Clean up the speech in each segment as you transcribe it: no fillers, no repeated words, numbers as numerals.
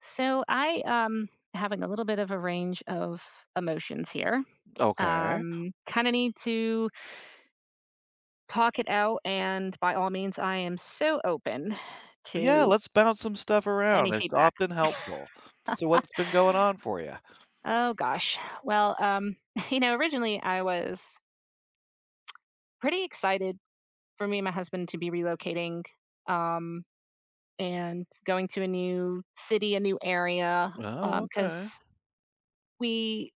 So I having a little bit of a range of emotions here. Okay. Kind of need to talk it out, and by all means I am so open Yeah, to let's bounce some stuff any around. It's feedback. often helpful. So what's been going on for you? Oh gosh. Well, you know, originally I was pretty excited for me and my husband to be relocating, um and going to a new city, a new area, Oh, cuz okay. we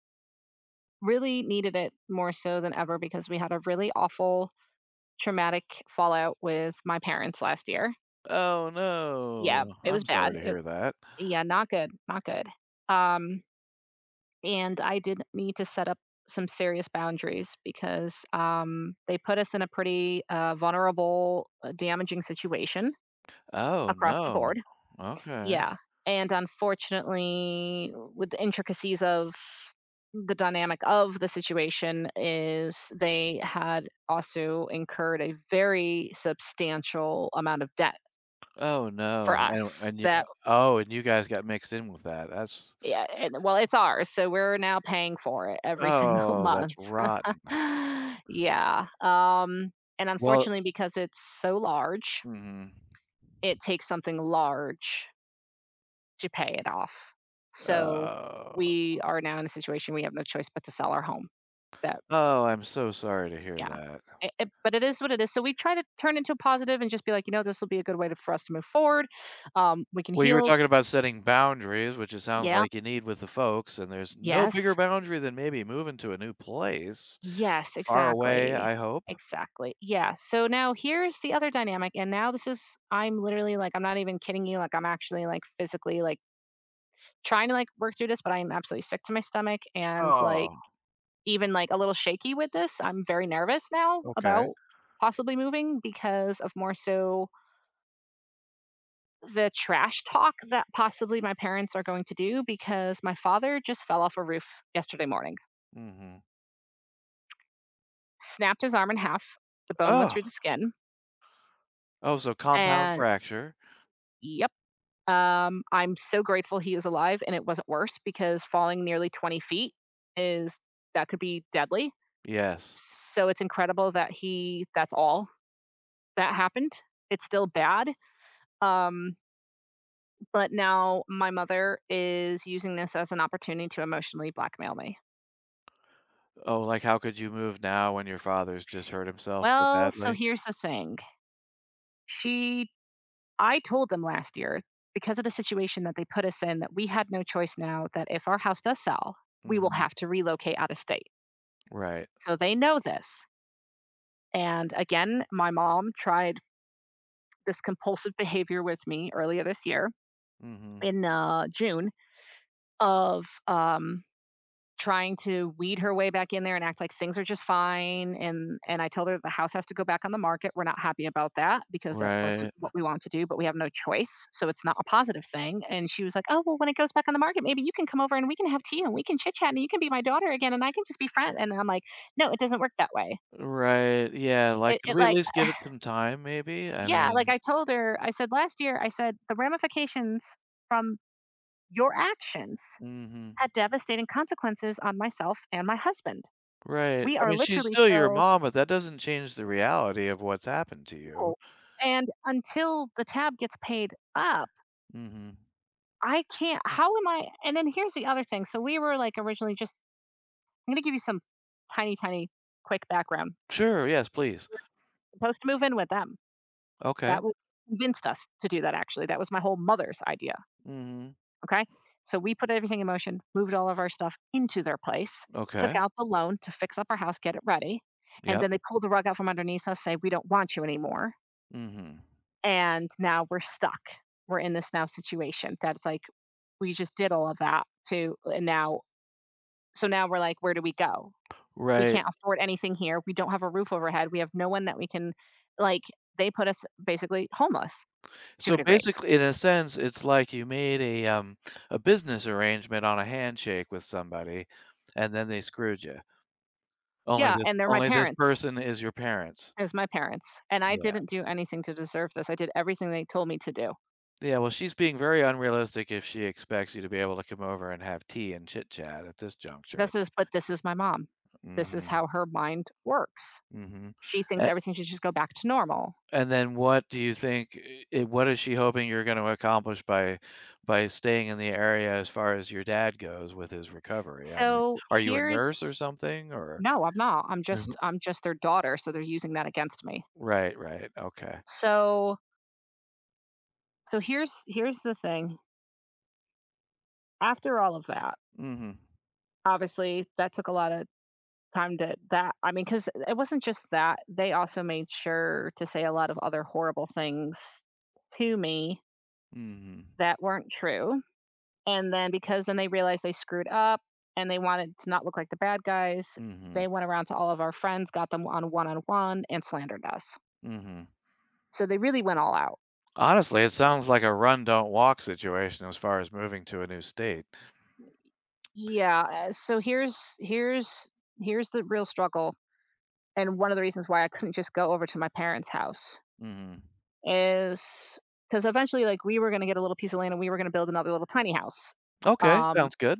really needed it more so than ever because we had a really awful traumatic fallout with my parents last year. Oh, Yeah, no. it was I'm sorry bad. to hear that. Not good, not good. Um, and I did need to set up some serious boundaries because they put us in a pretty vulnerable, damaging situation Oh, across the no. board. Okay. Yeah. And unfortunately, with the intricacies of the dynamic of the situation is they had also incurred a very substantial amount of debt Oh, for no. And us. and you That oh, and you guys got mixed in with that. That's Yeah, and well, it's ours, so we're now paying for it every single oh, that's month. rotten. Yeah, and Well, unfortunately, because it's so large, mhm. it takes something large to pay it off. So Oh. we are now in a situation we have no choice but to sell our home. That Oh, I'm so sorry to hear Yeah, that. But it is what it is. So we try to turn into a positive and just be like, you know, this will be a good way for us to move forward. We can Well, you were heal. talking about setting boundaries, which it sounds Yeah. like you need with the folks, and there's no Yes. bigger boundary than maybe moving to a new place. Yes, Far away, exactly. I hope. Exactly. Yeah. So now here's the other dynamic. And now this is, I'm literally like, I'm not even kidding you. Like, I'm actually like physically like trying to like work through this, but I'm absolutely sick to my stomach and like Oh, even like a little shaky with this. I'm very nervous now okay. about possibly moving because of more so the trash talk that possibly my parents are going to do because my father just fell off a roof yesterday morning, Mhm. snapped his arm in half. The bone went Oh, through the skin. oh, so compound And fracture. yep. I'm so grateful he is alive and it wasn't worse because falling nearly 20 feet is that could be deadly. Yes. So it's incredible that he that's all that happened. It's still bad. Um, but now my mother is using this as an opportunity to emotionally blackmail me. Oh, like how could you move now when your father's just hurt himself so Well, so badly? here's the thing. She I told them last year because of the situation that they put us in that we had no choice now that if our house does sell, we will Mhm. have to relocate out of state. Right. So they know this. And again, my mom tried this compulsive behavior with me earlier this year Mhm. in June of trying to weed her way back in there and act like things are just fine. And I told her the house has to go back on the market. We're not happy about that because that Right. wasn't what we want to do, but we have no choice. So it's not a positive thing. And she was like, "Oh well, when it goes back on the market, maybe you can come over and we can have tea and we can chit chat and you can be my daughter again and I can just be friends." And I'm like, "No, it doesn't work that way." Right. Yeah, It, like could it we at like least give it some time maybe? I Yeah, like, mean, I told her, I said, "Last year," I said, "the ramifications from your actions mhm. had devastating consequences on myself and my husband. Right. We I are mean, she's literally still your still" mom, but that doesn't change the reality of what's happened to No. you. "and until the tab gets paid up, Mhm. I can't how am I" and then here's the other thing, so we were, like, originally just I'm gonna give you some tiny, tiny quick background. Sure, yes, please. Supposed to move in with them. Okay. That was Convinced us to do that, actually. That was my whole mother's idea. Mhm. Okay. So we put everything in motion, moved all of our stuff into their place, took Okay. out the loan to fix up our house, get it ready. And Yep. then they pulled the rug out from underneath us, say, we don't want you anymore. Mhm. And now we're stuck. We're in this now situation that's like, we just did all of that, and now, so now we're like, where do we go? We Right. can't afford anything here. We don't have a roof overhead. We have no one that we can, like, they put us basically homeless to a So degree. basically, in a sense, it's like you made a business arrangement on a handshake with somebody, and then they screwed you. Only Yeah. this And they're my only this parents. person is your parents. It was my parents, and I Yeah. didn't do anything to deserve this. I did everything they told me to do. Yeah, well, she's being very unrealistic if she expects you to be able to come over and have tea and chit chat at this juncture. This is but this is my mom. This is Mhm. how her mind works. Mhm. She thinks A everything should just go back to normal. and then what do you think, I what is she hoping you're gonna accomplish by staying in the area as far as your dad goes with his recovery? I mean, So are you a here's nurse or something or No, I'm not. I'm just mhm. I'm just their daughter, so they're using that against me. Right, right, okay. So so here's the thing. After all of that, Mhm, obviously that took a lot of time to that I mean cuz it wasn't just that. They also made sure to say a lot of other horrible things to me mhm, that weren't true. And then because then they realized they screwed up and they wanted to not look like the bad guys, mhm, they went around to all of our friends, got them on one and slandered us. mhm. So they really went all out. Honestly, it sounds like a run, don't walk situation as far as moving to a new state. Yeah, so here's the real struggle and one of the reasons why I couldn't just go over to my parents' house Mhm. is because eventually like we were going to get a little piece of land and we were going to build another little tiny house. Okay, Um sounds good.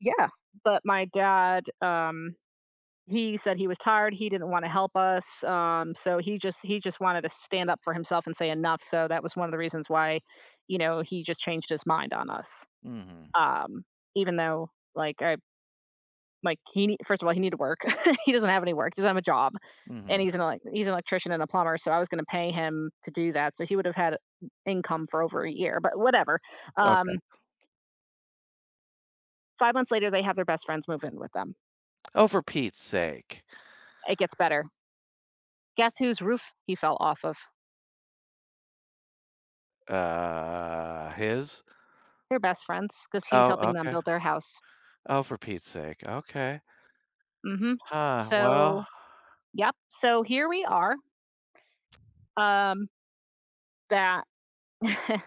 yeah, but my dad he said he was tired, he didn't wanna help us, so he just wanted to stand up for himself and say enough, so that was one of the reasons why, you know, he just changed his mind on us. Mhm, Um, even though, like, he nee first of all, he needed work. He doesn't have any work, he doesn't have a job, and mhm. he's an electrician and a plumber, so I was gonna pay him to do that, so he would have had income for over a year, but whatever. Okay. Um, 5 months later, they have their best friends move in with them. Oh, for Pete's sake. It gets better. Guess whose roof he fell off of? His? They're best friends because he's Oh, helping them okay. build their house. Oh, for Pete's sake, okay. Mhm. Huh, So, well, yep. So here we are, um, that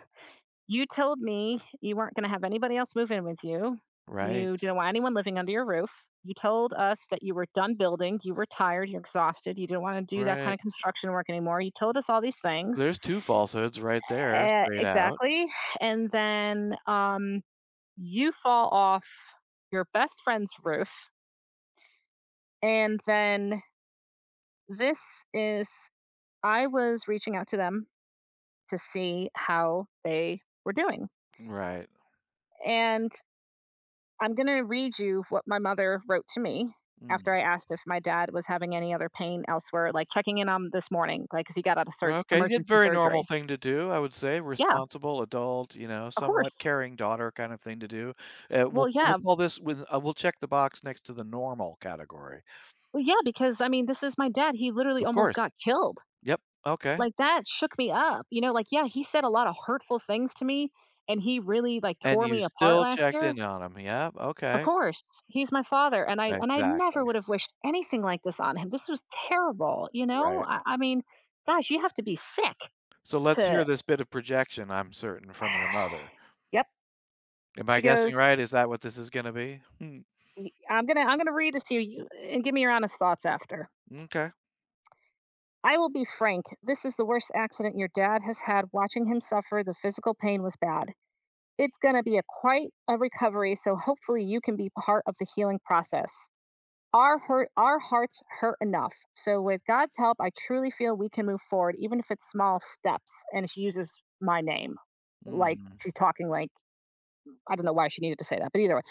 you told me you weren't gonna have anybody else move in with you. right, You didn't want anyone living under your roof. You told us that you were done building, you were tired, you're exhausted, you didn't wanna do that kind right. of construction work anymore. You told us all these things. There's 2 falsehoods right there, Eh straight out. exactly. And then, you fall off your best friend's roof, and then This is I was reaching out to them to see how they were doing. Right. And I'm going to read you what my mother wrote to me after Mm. I asked if my dad was having any other pain elsewhere, like checking in on this morning, like, 'cause he got out of Okay, yeah, emergency very normal surgery. thing to do, I would say, Yeah, responsible adult, you know, of somewhat course. caring daughter kind of thing to do. We'll Well, we'll yeah. call this with we'll check the box next to the normal category. Well, yeah, because I mean, this is my dad. He literally Of almost course. got killed. Yep, okay. Like, that shook me up. You know, like, yeah, he said a lot of hurtful things to me and he really like And tore you me apart still last checked year. in on him, yep, Of okay. course, he's my father, and I Exactly, never would have wished anything like this on him. This was terrible, you know. right. I mean, gosh, you have to be sick So let's hear to. this bit of projection, I'm certain, from your mother. Yep, Am she I goes. guessing right? Is that what this is gonna be? Hmm, " I'm gonna read this to you and give me your honest thoughts after. m'kay. I will be frank. This is the worst accident your dad has had. Watching him suffer, the physical pain was bad. It's gonna be a quite a recovery, so hopefully you can be part of the healing process. Our hurt our hearts hurt enough, so with God's help I truly feel we can move forward even if it's small steps. And she uses my name, like Mhm, she's talking like I don't know why she needed to say that, but either way,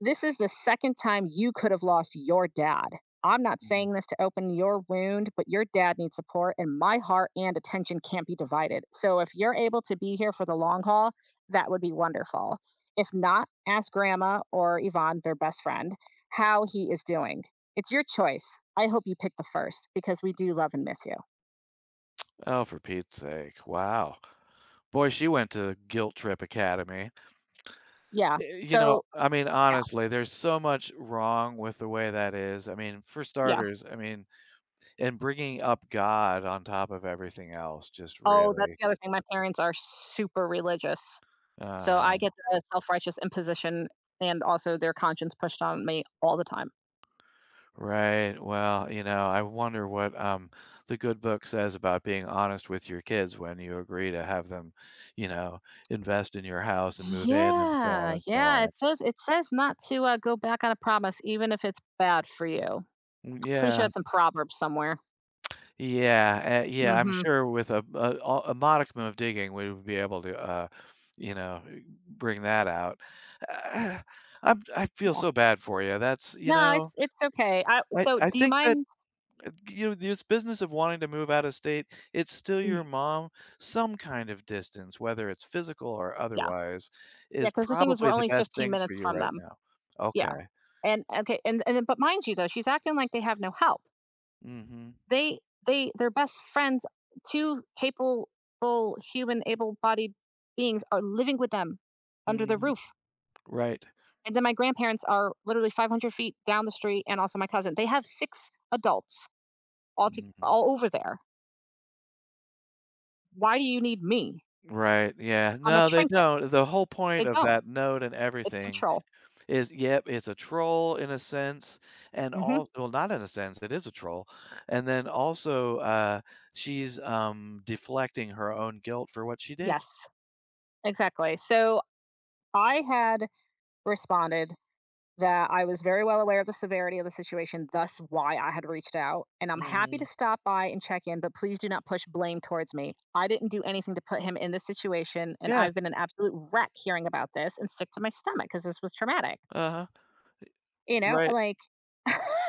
this is the second time you could have lost your dad. I'm not mhm. saying this to open your wound, but your dad needs support, and my heart and attention can't be divided. So if you're able to be here for the long haul, that would be wonderful. If not, ask grandma or Yvonne, their best friend, how he is doing. It's your choice. I hope you pick the first because we do love and miss you. Oh, for Pete's sake, wow. Boy, she went to Guilt Trip Academy. Yeah. Y you know, So, I mean, yeah, honestly, there's so much wrong with the way that is. I mean, for yeah. starters, I mean, and bringing up God on top of everything else just Oh, that's really the other thing. My parents are super religious. So I uh-huh. get the self-righteous imposition and also their conscience pushed on me all the time. Right. Well, you know, I wonder what the good book says about being honest with your kids when you agree to have them, you know, invest in your house and move in and so on Yeah, and so yeah, on. It says not to, go back on a promise even if it's bad for you. Mm, Pretty sure yeah. that's in Proverbs somewhere. Yeah. Yeah, I'm Mhm, sure with a modicum of digging we would be able to you know, bring that out. Uh, I'm I feel yeah. so bad for you. That's, you No, know, it's okay. I so I do you think that mind you know, this business of wanting to move out of state, it's still your mm, mom. Some kind of distance, whether it's physical or yeah. otherwise, Yeah. is Because the thing is we're probably the only best 15 thing for minutes you from right them. now. Yeah. Okay. And okay, and then but mind you though, she's acting like they have no help. Mhm. they they they're best friends. Two capable, human, able-bodied beings are living with them under the Mhm. roof. Right. And then my grandparents are literally 500 feet down the street, and also my cousin. They have six adults Mhm. all over there. Why do you need me? Right, yeah. I'm a No, they trinket. don't. The whole point They of don't. that note and It's everything control. is, yep, it's a troll in a sense, and Hmm. all well, not in a sense, it is a troll. And then also, she's, deflecting her own guilt for what she did. Yes, exactly. So I had responded that I was very well aware of the severity of the situation, thus why I had reached out. And I'm happy to Mhm. stop by and check in, but please do not push blame towards me. I didn't do anything to put him in this situation, and Yeah, I've been an absolute wreck hearing about this and sick to my stomach because this was traumatic. uh-huh. You know, Right. like,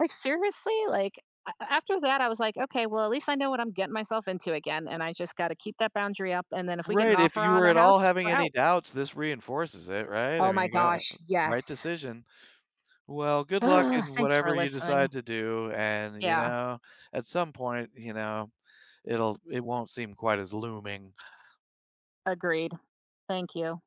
like seriously, like after that, I was like, okay, well, at least I know what I'm getting myself into again, and I just got to keep that boundary up. And then if we get an Right, if offer you on were our at all house, having we're any out. doubts, this reinforces it, right? I Oh mean, my you got gosh, right yes. decision. Well, good luck Ugh, in thanks for whatever you listening. decide to do, and, you Yeah, know, at some point, you know, it won't seem quite as looming. agreed. Thank you.